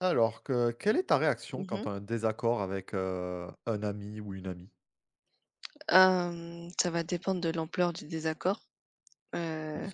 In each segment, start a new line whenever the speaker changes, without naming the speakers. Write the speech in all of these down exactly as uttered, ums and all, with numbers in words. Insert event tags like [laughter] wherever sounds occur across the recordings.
Alors que quelle est ta réaction
Mmh
quand
mh.
tu as un désaccord avec, heu, un ami ou une amie?
Ça va dépendre de l'ampleur du désaccord. Heu,
Oui.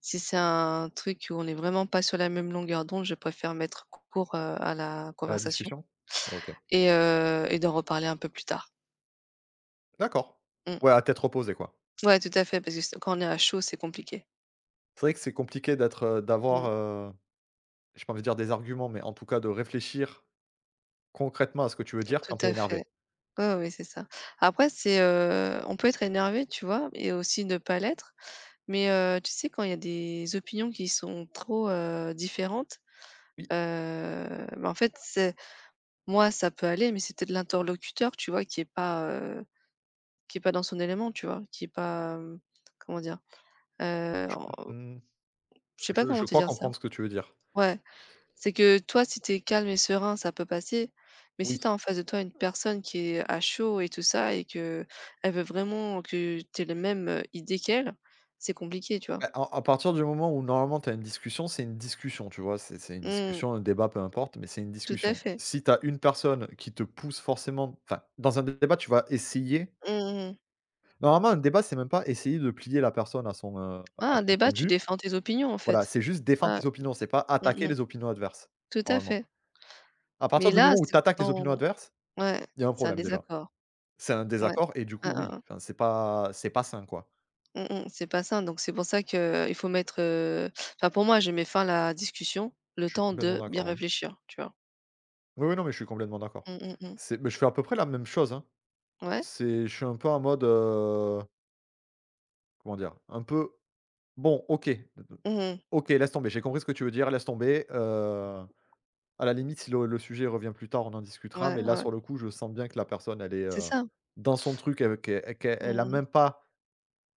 Si c'est un truc où on est vraiment pas sur la même longueur d'onde, je préfère mettre court, heu, à la
À la
conversation
discussion? OK.
et heu et d'en reparler un peu plus tard.
D'accord.
Mmh.
Ouais, à tête reposée, quoi.
Ouais, tout à fait, parce que s quand on est à chaud, c'est compliqué.
C'est vrai que c'est compliqué d'être, heu, d'avoir,
Mmh.
heu, j'ai pas envie de dire des arguments, mais en tout cas de réfléchir concrètement à ce que tu veux dire
Tout
quand tu es
à
énervé.
fait. Ouais, ouais, c'est ça. Après c'est, heu, on peut être énervé, tu vois? Et aussi ne pas l'être. Mais, heu, tu sais, quand il y a des opinions qui sont trop, heu, différentes,
Oui.
heu, bah, en fait, c'est moi, ça peut aller, mais c'est peut-être l'interlocuteur, tu vois, qui est pas, heu, qui est pas dans son élément, tu vois? Qui est pas, hem, comment dire? Heu, en
Mmh,
Je sais pas
je
comment
je
te
crois
dire ça.
comprendre ce que tu veux dire.
Ouais, c'est que toi, si t'es calme et serein, ça peut passer, mais si
Oui.
t'as en face de toi une personne qui est à chaud et tout ça et que elle veut vraiment que t'aies aies les mêmes, heu, idées qu'elle, c'est compliqué, tu vois?
Bah, à à partir du moment où normalement tu as une discussion, c'est une discussion, tu vois? C'est c'est une
Mmh,
discussion, un débat, peu importe, mais c'est une
tout à
discussion.
fait.
Si tu as une personne qui te pousse forcément enfin, dans un débat, tu vas essayer
Mmh mh.
normalement, un débat, c'est même pas essayer de plier la personne à son, heu,
Ah,
à
un
son
débat,
point de
tu
vue.
défends tes opinions, en
Voilà,
fait.
c'est juste défendre
Ouais.
tes opinions, c'est pas
Mmh
attaquer
mh.
les opinions adverses,
Tout à
normalement.
fait.
À
Mais
partir du
là,
moment où
c'est
tu attaques les
quand
opinions adverses,
ouais,
il y a un
c'est un
problème déjà.
désaccord.
C'est un
Ouais.
désaccord et du coup,
Hein, hein,
oui,
hein.
enfin, c'est pas c'est pas sain, quoi.
Mmh mh. C'est pas ça, donc c'est pour ça que il faut mettre, heu enfin pour moi, je mets fin à la discussion, le
Je suis
temps
complètement
de bien
d'accord, ouais.
réfléchir, tu vois?
Oui, oui, non, mais je suis complètement d'accord.
Mmh mh mh.
C'est mais je fais à peu près la même chose, hein.
Ouais.
C'est je suis un peu en mode, heu, comment dire? Un peu: «Bon, OK,
Mmh
OK, laisse tomber, j'ai compris ce que tu veux dire, laisse tomber». Heu, à la limite, si le le sujet revient plus tard, on en
mmh.
discutera,
Ouais,
mais
ouais,
là,
ouais.
sur le coup, je sens bien que la personne, elle est,
C'est
heu,
ça.
dans son truc, elle qu'elle qu'elle elle
Mmh
a
mmh.
même pas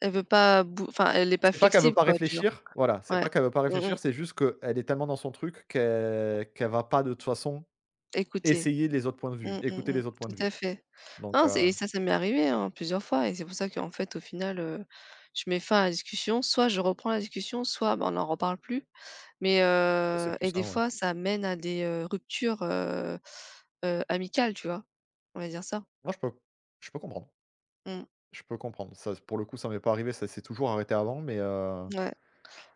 Elle veut pas bou Enfin elle est pas
c'est pas qu'elle veut
flexible
pas
quoi, tu vois?
réfléchir, voilà, c'est
Ouais.
pas qu'elle veut pas
Mmh mh.
réfléchir, c'est juste qu'elle est tellement dans son truc qu'elle qu'elle va pas, de toute façon,
Écouter.
essayer les autres points de vue,
Mmh mmh,
écouter
mmh.
les autres points
Tout
de vue.
à fait.
Donc
Non,
heu,
c'est et ça, ça m'est arrivé, hein, plusieurs fois et c'est pour ça qu'en fait, au final, heu, je mets fin à la discussion. Soit je reprends la discussion, soit, bah, on n'en reparle plus. Mais
c'est
heu
plus
et
ça,
des
ouais.
fois, ça mène à des, heu, ruptures, heu heu, amicales, tu vois? On va dire ça.
Moi, je peux je peux comprendre.
Mmh,
Je peux comprendre. Ça, pour le coup, ça m'est pas arrivé, ça s'est toujours arrêté avant, mais heu
ouais.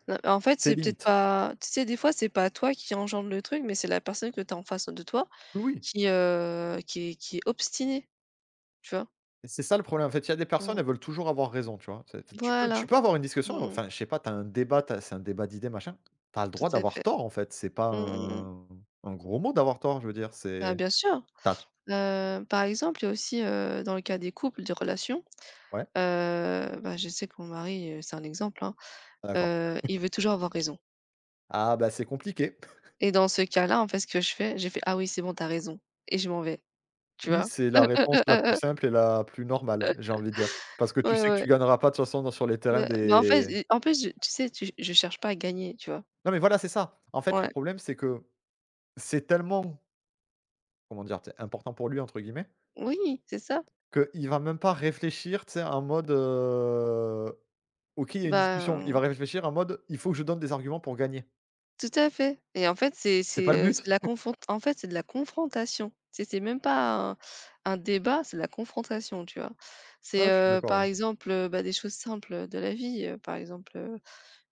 Heu, en fait,
C'est
c'est peut-être
limite.
pas tu sais, des fois, c'est pas toi qui engendre le truc, mais c'est la personne que tu as en face de toi
Oui, oui,
qui, heu, qui est qui est obstinée, tu vois?
et c'est ça le problème. En fait, il y a des personnes,
Mmh.
elles veulent toujours avoir raison, tu vois? C'est tu peux tu
Voilà.
peux avoir une
Mmh
discussion,
mh.
enfin, je sais pas, t'as un débat, t'as c'est un débat d'idées, machin. T'as le
Tout
droit
à
d'avoir
fait.
tort, en fait, c'est pas
Mmh mh, mmh.
un un gros mot d'avoir tort, je veux dire,
Bah,
c'est
bien sûr.
t'as,
Heu, par exemple, il y a aussi, heu, dans le cas des couples, des relations,
ouais?
heu, bah, je sais que mon mari, heu, c'est un exemple, hein,
D'accord.
heu, il veut toujours avoir raison.
Ah bah, c'est compliqué.
Et dans ce cas-là, en fait, ce que je fais, j'ai fait: «Ah oui, c'est bon, t'as raison» et je m'en vais, tu
Oui,
vois?
c'est
[laughs]
la
Heu, heu,
réponse
heu,
la
heu,
plus
heu,
simple et la plus normale, j'ai envie de dire. Parce que tu
ouais,
sais que
ouais.
tu gagneras pas de toute façon dans sur les terrains
Bah bah, en fait
des
et en plus, je tu sais, tu je cherche pas à gagner, tu vois?
non mais voilà, c'est ça. En fait, le
Ouais.
problème, c'est que c'est tellement comment dire? Tu sais, «important pour lui» entre guillemets,
Oui, c'est ça.
qu'il va même pas réfléchir, tu sais, en mode, heu, OK, il y a une discussion. Il va
Ben,
réfléchir en mode: «Il faut que je donne des arguments pour gagner».
tout à fait et en fait, c'est
C'est pas le
c'est, heu, c'est
but.
la
[laughs]
confron en fait, c'est de la confrontation. C'est c'est même pas un un débat, c'est de la confrontation, tu vois? C'est,
Ah, je suis
heu,
d'accord,
par
ouais.
exemple, heu, bah, des choses simples, heu, de la vie, heu, par exemple, heu: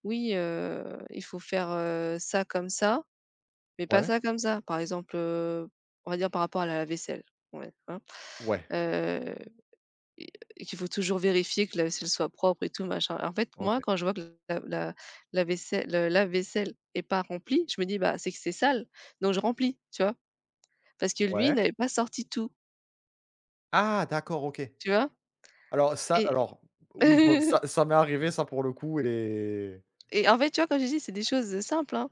«Oui, heu, il faut faire, heu, ça comme ça». Mais pas
Ouais?
ça comme ça. Par exemple, heu, on va dire par rapport à la vaisselle, ouais, hein,
Ouais,
heu et et qu'il faut toujours vérifier que la vaisselle soit propre et tout machin. En fait, moi,
OK.
quand je vois que la la la vaisselle le lave-vaisselle est pas remplie, je me dis: «Bah, c'est que c'est sale», donc je remplis, tu vois? Parce que lui, il
Ouais.
n'avait pas sorti tout,
Ah d'accord, OK.
tu vois?
Alors ça
Et
alors oui, bon,
[laughs]
ça ça m'est arrivé ça pour le coup et
Et en fait, tu vois, comme je dis, c'est des choses, simples, hein,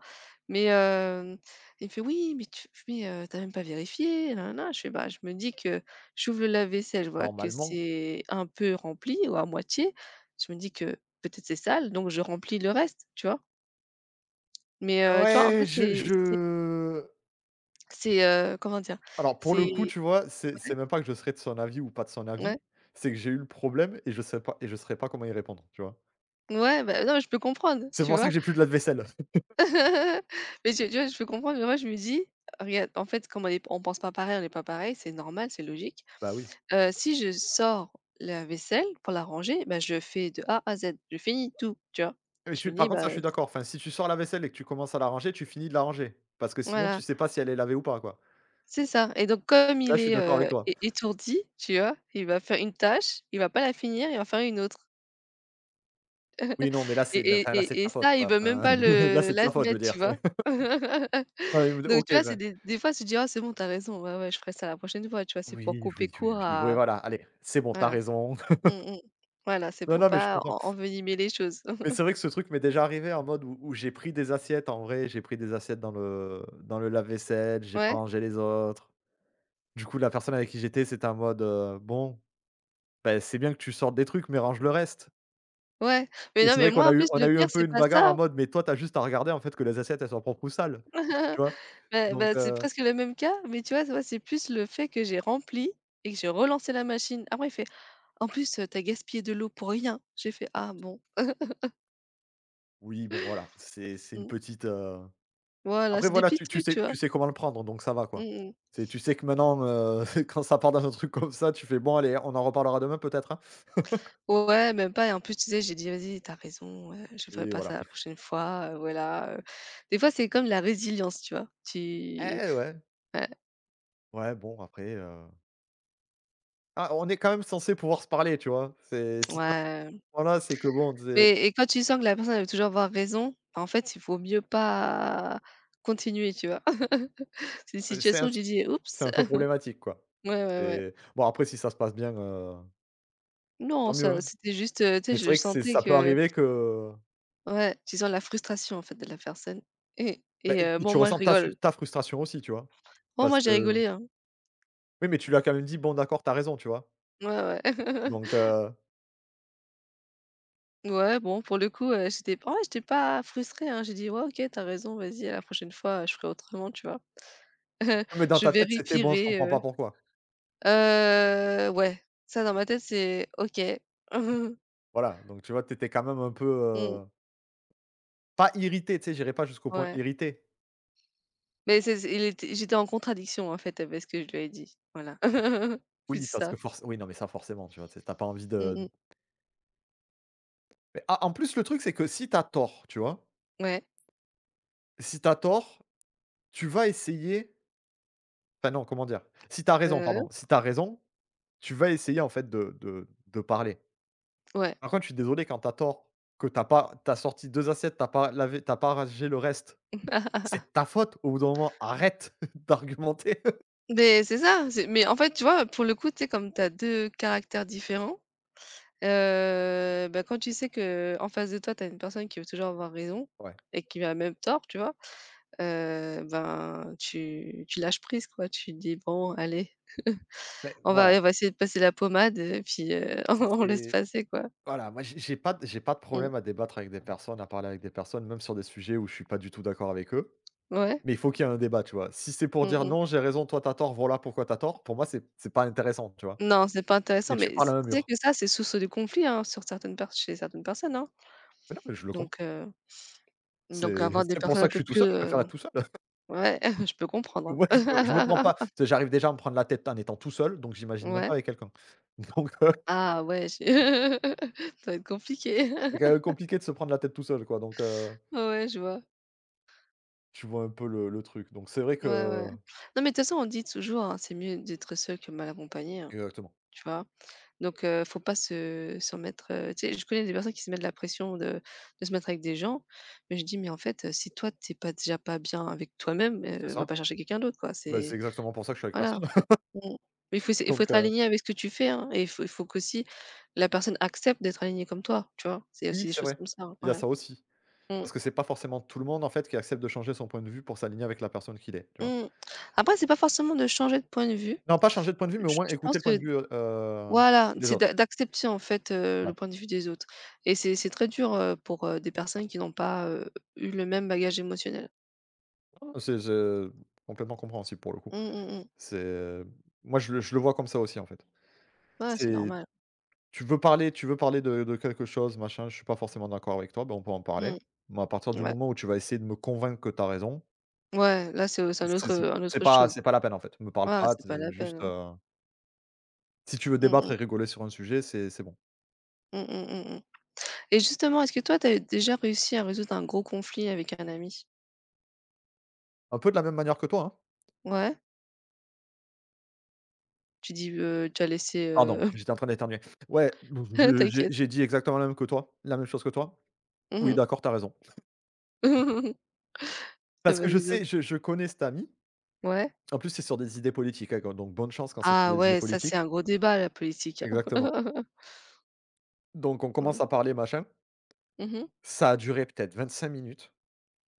mais heu, il me fait: «Oui, mais tu mais heu, tu même pas vérifié, na Je fais: «Bah, je me dis que j'ouvre le lave-vaisselle, je vois que
normalement
c'est un peu rempli ou à moitié. Je me dis que peut-être c'est sale, donc je remplis le reste», tu vois? Mais heu, tu vois, en
ouais,
fait,
je
c'est c'est
je
c'est, heu, comment dire?
alors pour le coup,
C'est
tu vois, c'est c'est même pas que je serais de son avis ou pas de son
Ouais,
avis, c'est que j'ai eu le problème et je sais pas et je saurais pas comment y répondre, tu vois?
ouais, bah, non, je peux comprendre,
C'est
tu
pour ça
vois?
que j'ai plus de lave-vaisselle.
[laughs] Mais tu tu vois, je peux comprendre, mais moi je me dis: «Regarde, en fait, comme on est on pense pas pareil, on n'est pas pareil, c'est normal, c'est logique».
Bah oui.
Heu, si je sors la vaisselle pour la ranger, bah, je fais de a à zède, je finis tout, tu vois?
Mais
Et
je
je
suis
me
par
dis:
contre ça,
«Bah,
je suis d'accord. Enfin, si tu sors la vaisselle et que tu commences à la ranger, tu finis de la ranger. Parce que sinon,
voilà,
tu sais pas si elle est lavée ou pas, quoi.
c'est ça» et donc comme
Là,
il
je suis
est,
d'accord avec
heu,
toi.
é étourdi, tu vois? Il va faire une tâche, il va pas la finir, il va faire une autre
Oui, non, mais là, c'est
et et
enfin, là, c'est de
et et
ta faute,
ça, il
quoi.
veut même
Enfin,
pas
[laughs] là,
le
c'est de sa faute, je veux
l'admettre,
dire,
tu vois?
c'est
[laughs]
[laughs] ouais, il me dit:
Donc tu
«OK,
vois, c'est
bah».
des des fois, tu te dis: oh c'est bon, t'as raison, ouais, ouais, je ferai ça la prochaine fois», tu vois? C'est
Oui,
pour couper
oui, oui,
court
oui, oui,
à
voilà, allez, c'est bon, tu
voilà.
raison. [laughs]
Mmh mh. Voilà, c'est
Non,
pour
non, mais je
pas en
comprends.
envenimer les choses.
Mais
[laughs]
c'est vrai que ce truc m'est déjà arrivé en mode où où j'ai pris des assiettes, en vrai, j'ai pris des assiettes dans le dans le lave-vaisselle, j'ai pas
Ouais,
rangé les autres. Du coup, la personne avec qui j'étais, c'était en mode, heu: «Bon, bah, c'est bien que tu sortes des trucs, mais range le reste.
ouais. Mais
Et
non,
c'est
mais
vrai qu'on
moi, en
a eu
plus,
on
le
a eu un
pire,
peu
c'est
une
pas
bagarre en
ça.
mode, mais toi, t'as juste à regarder en fait que les assiettes, elles soient propres ou sales,
[laughs]
tu vois?
Bah bah,
Donc,
c'est
heu,
presque le même cas, mais tu vois, tu vois, c'est plus le fait que j'ai rempli et que j'ai relancé la machine. Après, il fait: «En plus, heu, tu gaspillé de l'eau pour rien». J'ai fait: «Ah bon».
oui, bon voilà, c'est c'est une
Mmh.
petite, heu
Voilà,
après
c'est des
voilà,
petits
tu tu
trucs, tu
sais
vois?
tu sais comment le prendre, donc ça va quoi.
Mmh mh.
C'est tu sais que maintenant, heu, [laughs] quand ça part dans un truc comme ça, tu fais: «Bon allez, on en reparlera demain peut-être, hein?»
Ouais, même pas et en plus, tu sais, j'ai dit: «Vas-y, t'as raison, heu, je ferai
Oui,
pas ça
voilà.
la prochaine fois, heu, voilà, heu». Des fois, c'est comme la résilience, tu vois? Tu
Eh ouais,
Ouais,
ouais, bon après, heu ah, on est quand même censé pouvoir se parler, tu vois? C'est si tu as
ouais,
voilà, c'est que bon, c'est
mais et quand tu sens que la personne, elle veut toujours avoir raison, en fait, il vaut mieux pas continuer, tu vois? [laughs] C'est une
c'est
situation
un
où tu dis:
c'est
«Oups!»
un peu
[laughs]
problématique, quoi.
Ouais, ouais, ouais.
C'est bon après si ça se passe bien, heu,
Non,
tant mieux,
ça
hein.
c'était juste, heu, tu sais,
Mais c'est
je
vrai que c'est
sentais
ça peut
que
arriver que,
ouais, tu sens la frustration, en fait, de la personne et
beh,
et heu,
et
bon,
tu
moi, je
ressens ta su
rigole.
ta frustration aussi, tu vois?
Bon, moi,
Parce
j'ai
que
rigolé, hein.
oui, mais tu l'as quand même dit: «Bon d'accord, t'as raison», tu vois?
Ouais, ouais. [laughs]
Donc heu,
Ouais, bon, pour le coup, heu, j'étais en vrai, j'étais pas frustrée, hein. J'ai dit: «Ouais, OK, t'as raison, vas-y, à la prochaine fois, je ferai autrement», tu vois? [laughs]
oui, mais dans
Je
ta tête, c'était: «Bon, je
vérifierai,
comprends pas
heu
pourquoi».
heu, ouais, ça dans ma tête, c'est OK. [laughs]
Voilà, donc tu vois, t'étais quand même un peu,
Mmh,
heu, pas irrité, tu sais, j'irai pas jusqu'au point
ouais,
irrité.
mais c'est c'est il était j'étais en contradiction, en fait, avec ce que je lui ai dit, voilà. [laughs] C'est
Oui, parce
ça.
que forc oui, non, mais ça forcément, tu vois? Tu sais, tu pas envie
Mmh
de
mh.
mais ah, en plus, le truc, c'est que si t'as tort, tu vois?
Ouais.
Si t'as tort, tu vas essayer enfin non, comment dire? Si t'as raison,
Heu,
pardon, si t'as raison tu vas essayer en fait de de de parler.
ouais.
Par contre, je suis désolé quand t'as tort, que t'as pas t'as sorti deux assiettes, t'as pas lavé tu pas rangé le reste, c'est de ta
[laughs]
faute au bout d'un moment, arrête [laughs] d'argumenter.
Mais c'est ça, c'est mais en fait, tu vois, pour le coup, tu sais, comme t'as deux caractères différents. Heu, bah, quand tu sais que en face de toi, tu as une personne qui veut toujours avoir raison
Ouais,
et qui a même tort, tu vois? Heu, ben, tu tu lâches prise, quoi. Tu te dis: «Bon, allez,
mais
on va
voilà,
on va essayer de passer la pommade, et puis, heu, [laughs] on laisse
c'est
passer, quoi».
voilà, moi j'ai j'ai pas de j'ai pas de
Mmh.
problème à débattre avec des personnes, à parler avec des personnes, même sur des sujets où je suis pas du tout d'accord avec eux,
Ouais.
mais il faut qu'il y ait un débat, tu vois? Si c'est pour
Mmh
dire:
mh.
«Non, j'ai raison, toi t'as tort, voilà pourquoi t'as tort», pour moi c'est c'est pas intéressant, tu vois?
Non, c'est pas intéressant,
Et tu
mais
parles
c
à un
tu sais
mur.
que ça, c'est source de conflit, hein, sur certaines pers chez certaines personnes, hein.
Mais non, mais je le comprends.
Donc heu, donc
C'est
avoir
[laughs]
des
c'est pour
personnes
ça
un
que je
peu
suis tout
plus,
seul, je
heu
préfère être tout seul.
ouais, [laughs] je peux comprendre,
Moi, je me je me prends
hein.
pas tu
[laughs]
sais, j'arrive déjà à me prendre la tête en étant tout seul, donc j'imagine même pas
Ouais.
avec quelqu'un. [laughs] Donc heu,
Ah ouais, je [laughs] ça va être compliqué.
c'est
[laughs]
quand même compliqué de se prendre la tête tout seul, quoi, donc heu,
Ouais, ouais, je vois.
tu vois un peu le le truc, donc c'est vrai
Ouais, ouais.
que
Non, mais de toute façon, on dit toujours, hein, c'est mieux d'être seul que mal accompagné, hein,
exactement,
tu vois? Donc, heu, faut pas se se mettre, heu, tu sais, je connais des personnes qui se mettent la pression de de se mettre avec des gens, mais je dis: «Mais en fait, heu, si toi, t'es pas déjà pas bien avec toi-même,
c'est
heu, va
ça.
pas chercher quelqu'un d'autre, quoi».
Bah, c'est
C'est
exactement pour ça que je suis avec
Voilà,
personne, [laughs]
mmh. Mais il faut essayer. Il faut
donc
Être
heu,
aligné avec ce que tu fais, hein et il faut il faut qu'aussi la personne accepte d'être alignée comme toi, tu vois? C'est
oui,
aussi des
c'est
choses
vrai.
comme ça, hein,
Il y a
ouais.
ça aussi,
Mmh,
parce que c'est pas forcément tout le monde, en fait, qui accepte de changer son point de vue pour s'aligner avec la personne qu'il est, tu vois?
mmh. Après, c'est pas forcément de changer de point de vue.
Non, pas changer de point de vue, mais au
Je
moins
je
écouter
pense
le point de
que
vue, heu heu,
Voilà,
des
c'est
autres.
d'a d'accepter en fait, heu,
Ouais.
le point de vue des autres et c'est c'est très dur, heu, pour, heu, des personnes qui n'ont pas, heu, eu le même bagage émotionnel.
Non, non, c'est je complètement compréhensible, pour le coup.
Mmh, mmh, mmh.
C'est moi, je le je le vois comme ça aussi, en fait.
Ouais, c'est
C'est
normal.
tu veux parler tu veux parler de de quelque chose, machin, je suis pas forcément d'accord avec toi, ben, on peut en parler.
Mmh,
Mais à partir du
ouais.
moment où tu vas essayer de me convaincre que tu as raison,
Ouais, là c'est, c'est un
C'est
autre,
c'est
un
c'est
autre
pas
chose.
c'est pas la peine en fait. Me parle
Ah,
pas,
c'est
t
pas la peine,
juste,
hein.
heu, si tu veux
Mmh
débattre
mh.
et rigoler sur un sujet, c'est c'est bon.
Mmh mh. Mmh mh. Et justement, est-ce que toi tu as déjà réussi à résoudre un gros conflit avec un ami?
Un peu de la même manière que toi, hein.
Ouais? Tu dis, heu, tu as laissé,
Pardon,
heu
j'étais en train d'éternuer. Ouais, bon,
[laughs]
je j'ai
t'inquiète.
j'ai dit exactement la même que toi la même chose que toi. Oui,
Mmh
d'accord, t'as raison.
[laughs] Ah
Parce
bah,
que je
dis donc.
sais, je je connais cet ami.
Ouais.
En plus, c'est sur des idées politiques, hein, donc bonne chance quand c'est sur
Ah
des idées
ouais, ça c'est
politiques.
un gros débat la politique, hein.
Exactement.
[laughs]
Donc on
Mmh.
commence à parler, machin.
Mmh.
Ça a duré peut-être vingt-cinq minutes.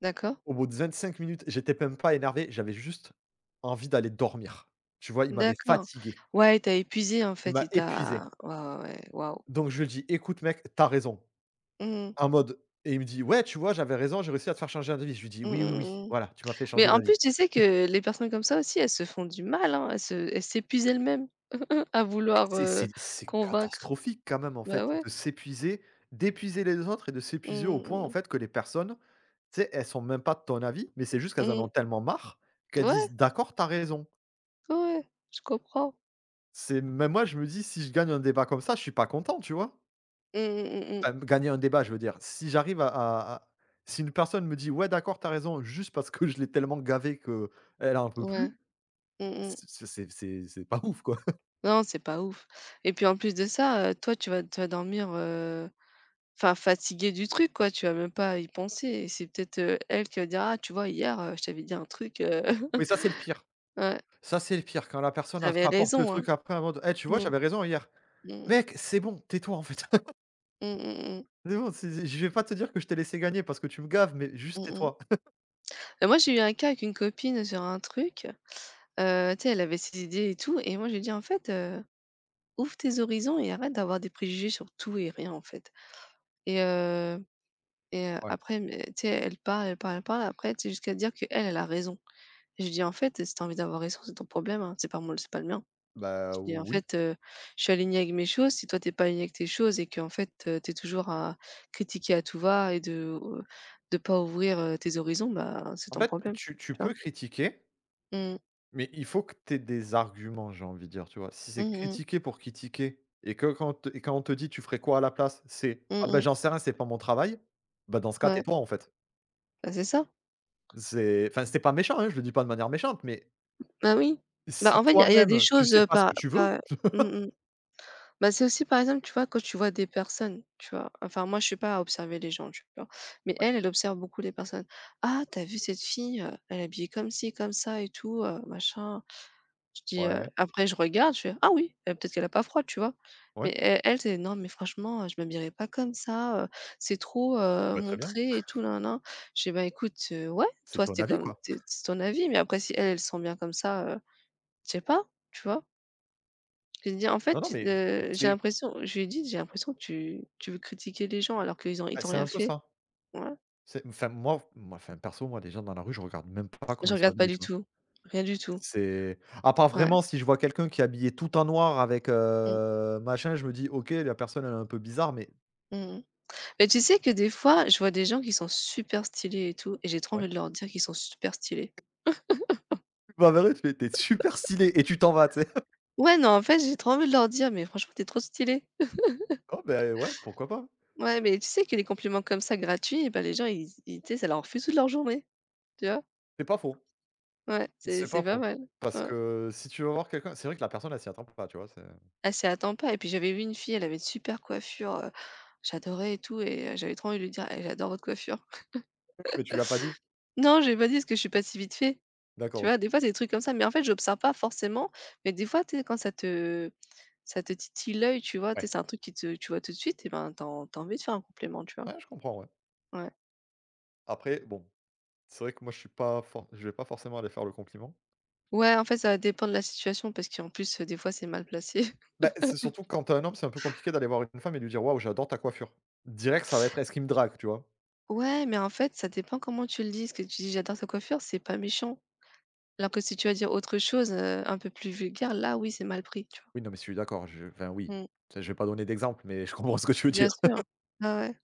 D'accord,
Au bout de vingt-cinq minutes, j'étais même pas énervé, j'avais juste envie d'aller dormir. Tu vois? Il m'avait
d'accord.
fatigué,
Ouais, t'as épuisé en
il
fait,
m'a
il t'a
épuisé.
ouais, ouais, ouais, waouh.
Donc je lui dis: «Écoute mec, t'as raison».
Mmh mh.
En mode et il me dit: «Ouais, tu vois, j'avais raison, j'ai réussi à te faire changer d'avis». Je lui dis:
Mmh mmh
«Oui, oui, oui,
mmh, mmh.
voilà, tu m'as fait
Mais
changer
en
d'avis».
plus, tu sais que les personnes comme ça aussi, elles se font du mal, hein, elles se elles s'épuisent elles-mêmes [laughs] à
Et
vouloir,
c'est
heu,
c'est c'est
convaincre.
catastrophique quand même en
Bah
fait
ouais.
de s'épuiser, d'épuiser les autres et de s'épuiser
Mmh
au point en
mh,
fait que les personnes, tu sais, elles sont même pas de ton avis, mais c'est juste
mmh.
qu'elles en
Mmh.
ont tellement marre qu'elles disent:
Ouais,
«D'accord, t'as raison».
ouais, ouais, je comprends.
C'est même moi, je me dis: «Si je gagne un débat comme ça, je suis pas content», tu vois?
Mmh mh, mmh mmh.
Enfin, gagner un débat, je veux dire. Si j'arrive à à à si une personne me dit: «Ouais, d'accord, t'as raison», juste parce que [laughs] je l'ai tellement gavée qu'elle en peut
Ouais.
plus,
Mmh mh.
c c'est c'est c'est c'est pas ouf, quoi. [laughs]
Non, c'est pas ouf. Et puis en plus de ça, heu, toi, tu vas tu vas dormir. Enfin, fatigué du truc quoi, tu vas même pas y penser et c'est peut-être, heu, elle qui va dire: «Ah tu vois hier, heu, je t'avais dit un truc, heu,
Mais
[laughs]
ça, c'est le pire.
ouais,
Ça, c'est le pire quand la personne, elle te
j'avais
rapporte le
raison, hein».
truc après en mode: «Eh, tu vois,
Mmh.
j'avais raison hier».
Mmh mh.
Mec, c'est bon, tais-toi, en fait. [laughs]
Mmh mh mh.
C'est bon, c'est je vais pas te dire que je t'ai laissé gagner parce que tu me gaves, mais juste
Mmh mh.
tais-toi. [laughs]
Bah, moi j'ai eu un cas avec une copine sur un truc, heu, tu sais, elle avait ses idées et tout et moi j'ai dit: «En fait, heu, ouvre tes horizons et arrête d'avoir des préjugés sur tout et rien en fait» et heu et heu,
Ouais,
après mais tu sais, elle parle, elle parle, elle parle après tu sais jusqu'à dire que elle elle a raison. Et je lui dis: «En fait, si t'as envie d'avoir raison, c'est ton problème, hein, c'est pas moi c'est pas le mien».
bah,
Et en
oui.
fait, heu, je suis alignée avec mes choses. Si toi, t'es pas alignée avec tes choses et que en fait, heu, tu toujours à critiquer à tout va et de, heu, de pas ouvrir, heu, tes horizons, bah, c'est
En
ton
fait,
problème,
tu tu
tu vois?
peux critiquer
Mmh.
mais il faut que tu aies des arguments, j'ai envie de dire, tu vois? Si c'est
Mmh mh.
critiquer pour critiquer et que quand t et quand on te dit: «Tu ferais quoi à la place?» c'est:
Mmh
«Ah ben
mh.
j'en sais rien, c'est pas mon travail», bah, dans ce cas,
Ouais.
tais-toi, en fait.
Bah, c'est ça.
C'est enfin, c'est pas méchant, hein, je le dis pas de manière méchante, mais
Bah, oui. Bah,
si
en fait, il y a y a des
toi-même, tu
choses,
sais
heu,
pas ce
par
que tu veux
par mmh mh. Bah, c'est aussi, par exemple, tu vois, quand tu vois des personnes, tu vois? Enfin, moi, je suis pas à observer les gens, tu vois? Mais
ouais,
elle, elle observe beaucoup les personnes. «Ah, t'as vu cette fille, heu, elle est habillée comme ci, comme ça et tout, heu, machin». Je dis, heu
ouais,
après je regarde, je fais: «Ah oui, heu, peut-être qu'elle a pas froid», tu vois? Mais
ouais,
e elle, c'est: «Non mais franchement, heu, je m'habillerai pas comme ça, heu, c'est trop, heu,
bah, très bien,
montré et tout nin nin». Je fais: «Bah écoute, heu, ouais,
c'est
toi
ton
c'était
avis,
comme
quoi.
t c'est ton avis, mais après si elle, elle se sent bien comme ça, heu, je sais pas», tu vois? Je lui ai dit: «En fait,
Non, non,
tu
mais
heu, j'ai
c'est
l'impression», je lui ai dit: «J'ai l'impression que tu tu veux critiquer les gens alors qu'ils ont ils
bah,
t'ont
c'est
rien
un peu
fait».
ça.
Ouais.
C'est enfin, moi moi, enfin, perso, moi, les gens dans la rue, je regarde même pas comment
Je
ils sont
regarde pas
habillés,
du
tu vois?
tout, rien du tout.
C'est à part
Ouais.
vraiment si je vois quelqu'un qui est habillé tout en noir avec,
Mmh.
heu, machin, je me dis: «OK, la personne elle est un peu bizarre, mais
Mmh mh. Mais tu sais que des fois, je vois des gens qui sont super stylés et tout, et j'ai trop
Ouais.
envie de leur dire qu'ils sont super stylés.
tu m'as tu fais: «Tu es super stylé» et tu t'en vas», tu sais? [laughs]
Ouais, non, en fait, j'ai trop envie de leur dire, mais franchement, t'es trop stylé.
Oh ben ouais, pourquoi pas?
Ouais, mais tu sais que les compliments comme ça, gratuits, eh ben, les gens, ils, ils- tu sais, ça leur refuse toute leur journée, tu vois?
C'est pas faux,
Ouais, c'est,
c'est
c'est
pas
pas
faux.
mal.
Parce
Ouais.
que si tu vas voir quelqu'un c'est vrai que la personne elle s'y attend pas, tu vois? C'est
Elle s'y attend pas. Et puis, j'avais vu une fille, elle avait une super coiffure, euh, j'adorais et tout, et euh, j'avais trop envie de lui dire: «Eh, j'adore votre coiffure».
mais tu l'as pas dit?
Non, je vais pas dit parce que je suis pas si vite fait.
D'accord,
Tu vois?
OK.
Des fois, c'est des trucs comme ça, mais en fait, j'observe pas forcément, mais des fois, tu sais, quand ça te ça te titille l'œil, tu vois? Tu
Ouais.
sais, c'est un truc qui te tu vois tout de suite, et ben, t'as as en tu envie de faire un complément, tu vois?
Ouais, je comprends, ouais.
Ouais.
Après bon, c'est vrai que moi je suis pas for je vais pas forcément aller faire le compliment.
Ouais, en fait, ça dépend de la situation parce qu'en plus, euh, des fois, c'est mal placé. [laughs]
Bah, c'est surtout quand tu es un homme, c'est un peu compliqué d'aller voir une femme et lui dire: «Waouh, j'adore ta coiffure». Direct, ça va être: «Est-ce qu'il me drague?» tu vois?
Ouais, mais en fait, ça dépend comment tu le dis. Ce que tu dis: «J'adore ta coiffure», c'est pas méchant. Alors que si tu vas dire autre chose, heu, un peu plus vulgaire, là, oui, c'est mal pris, tu vois?
Oui, non, mais je suis d'accord, je enfin oui,
Mmh.
tu je vais pas donner d'exemple, mais je comprends ce que tu veux
Bien
dire.
sûr. Ah ouais.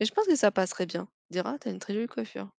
Mais je pense que ça passerait bien. Dira, t'as une très jolie coiffure».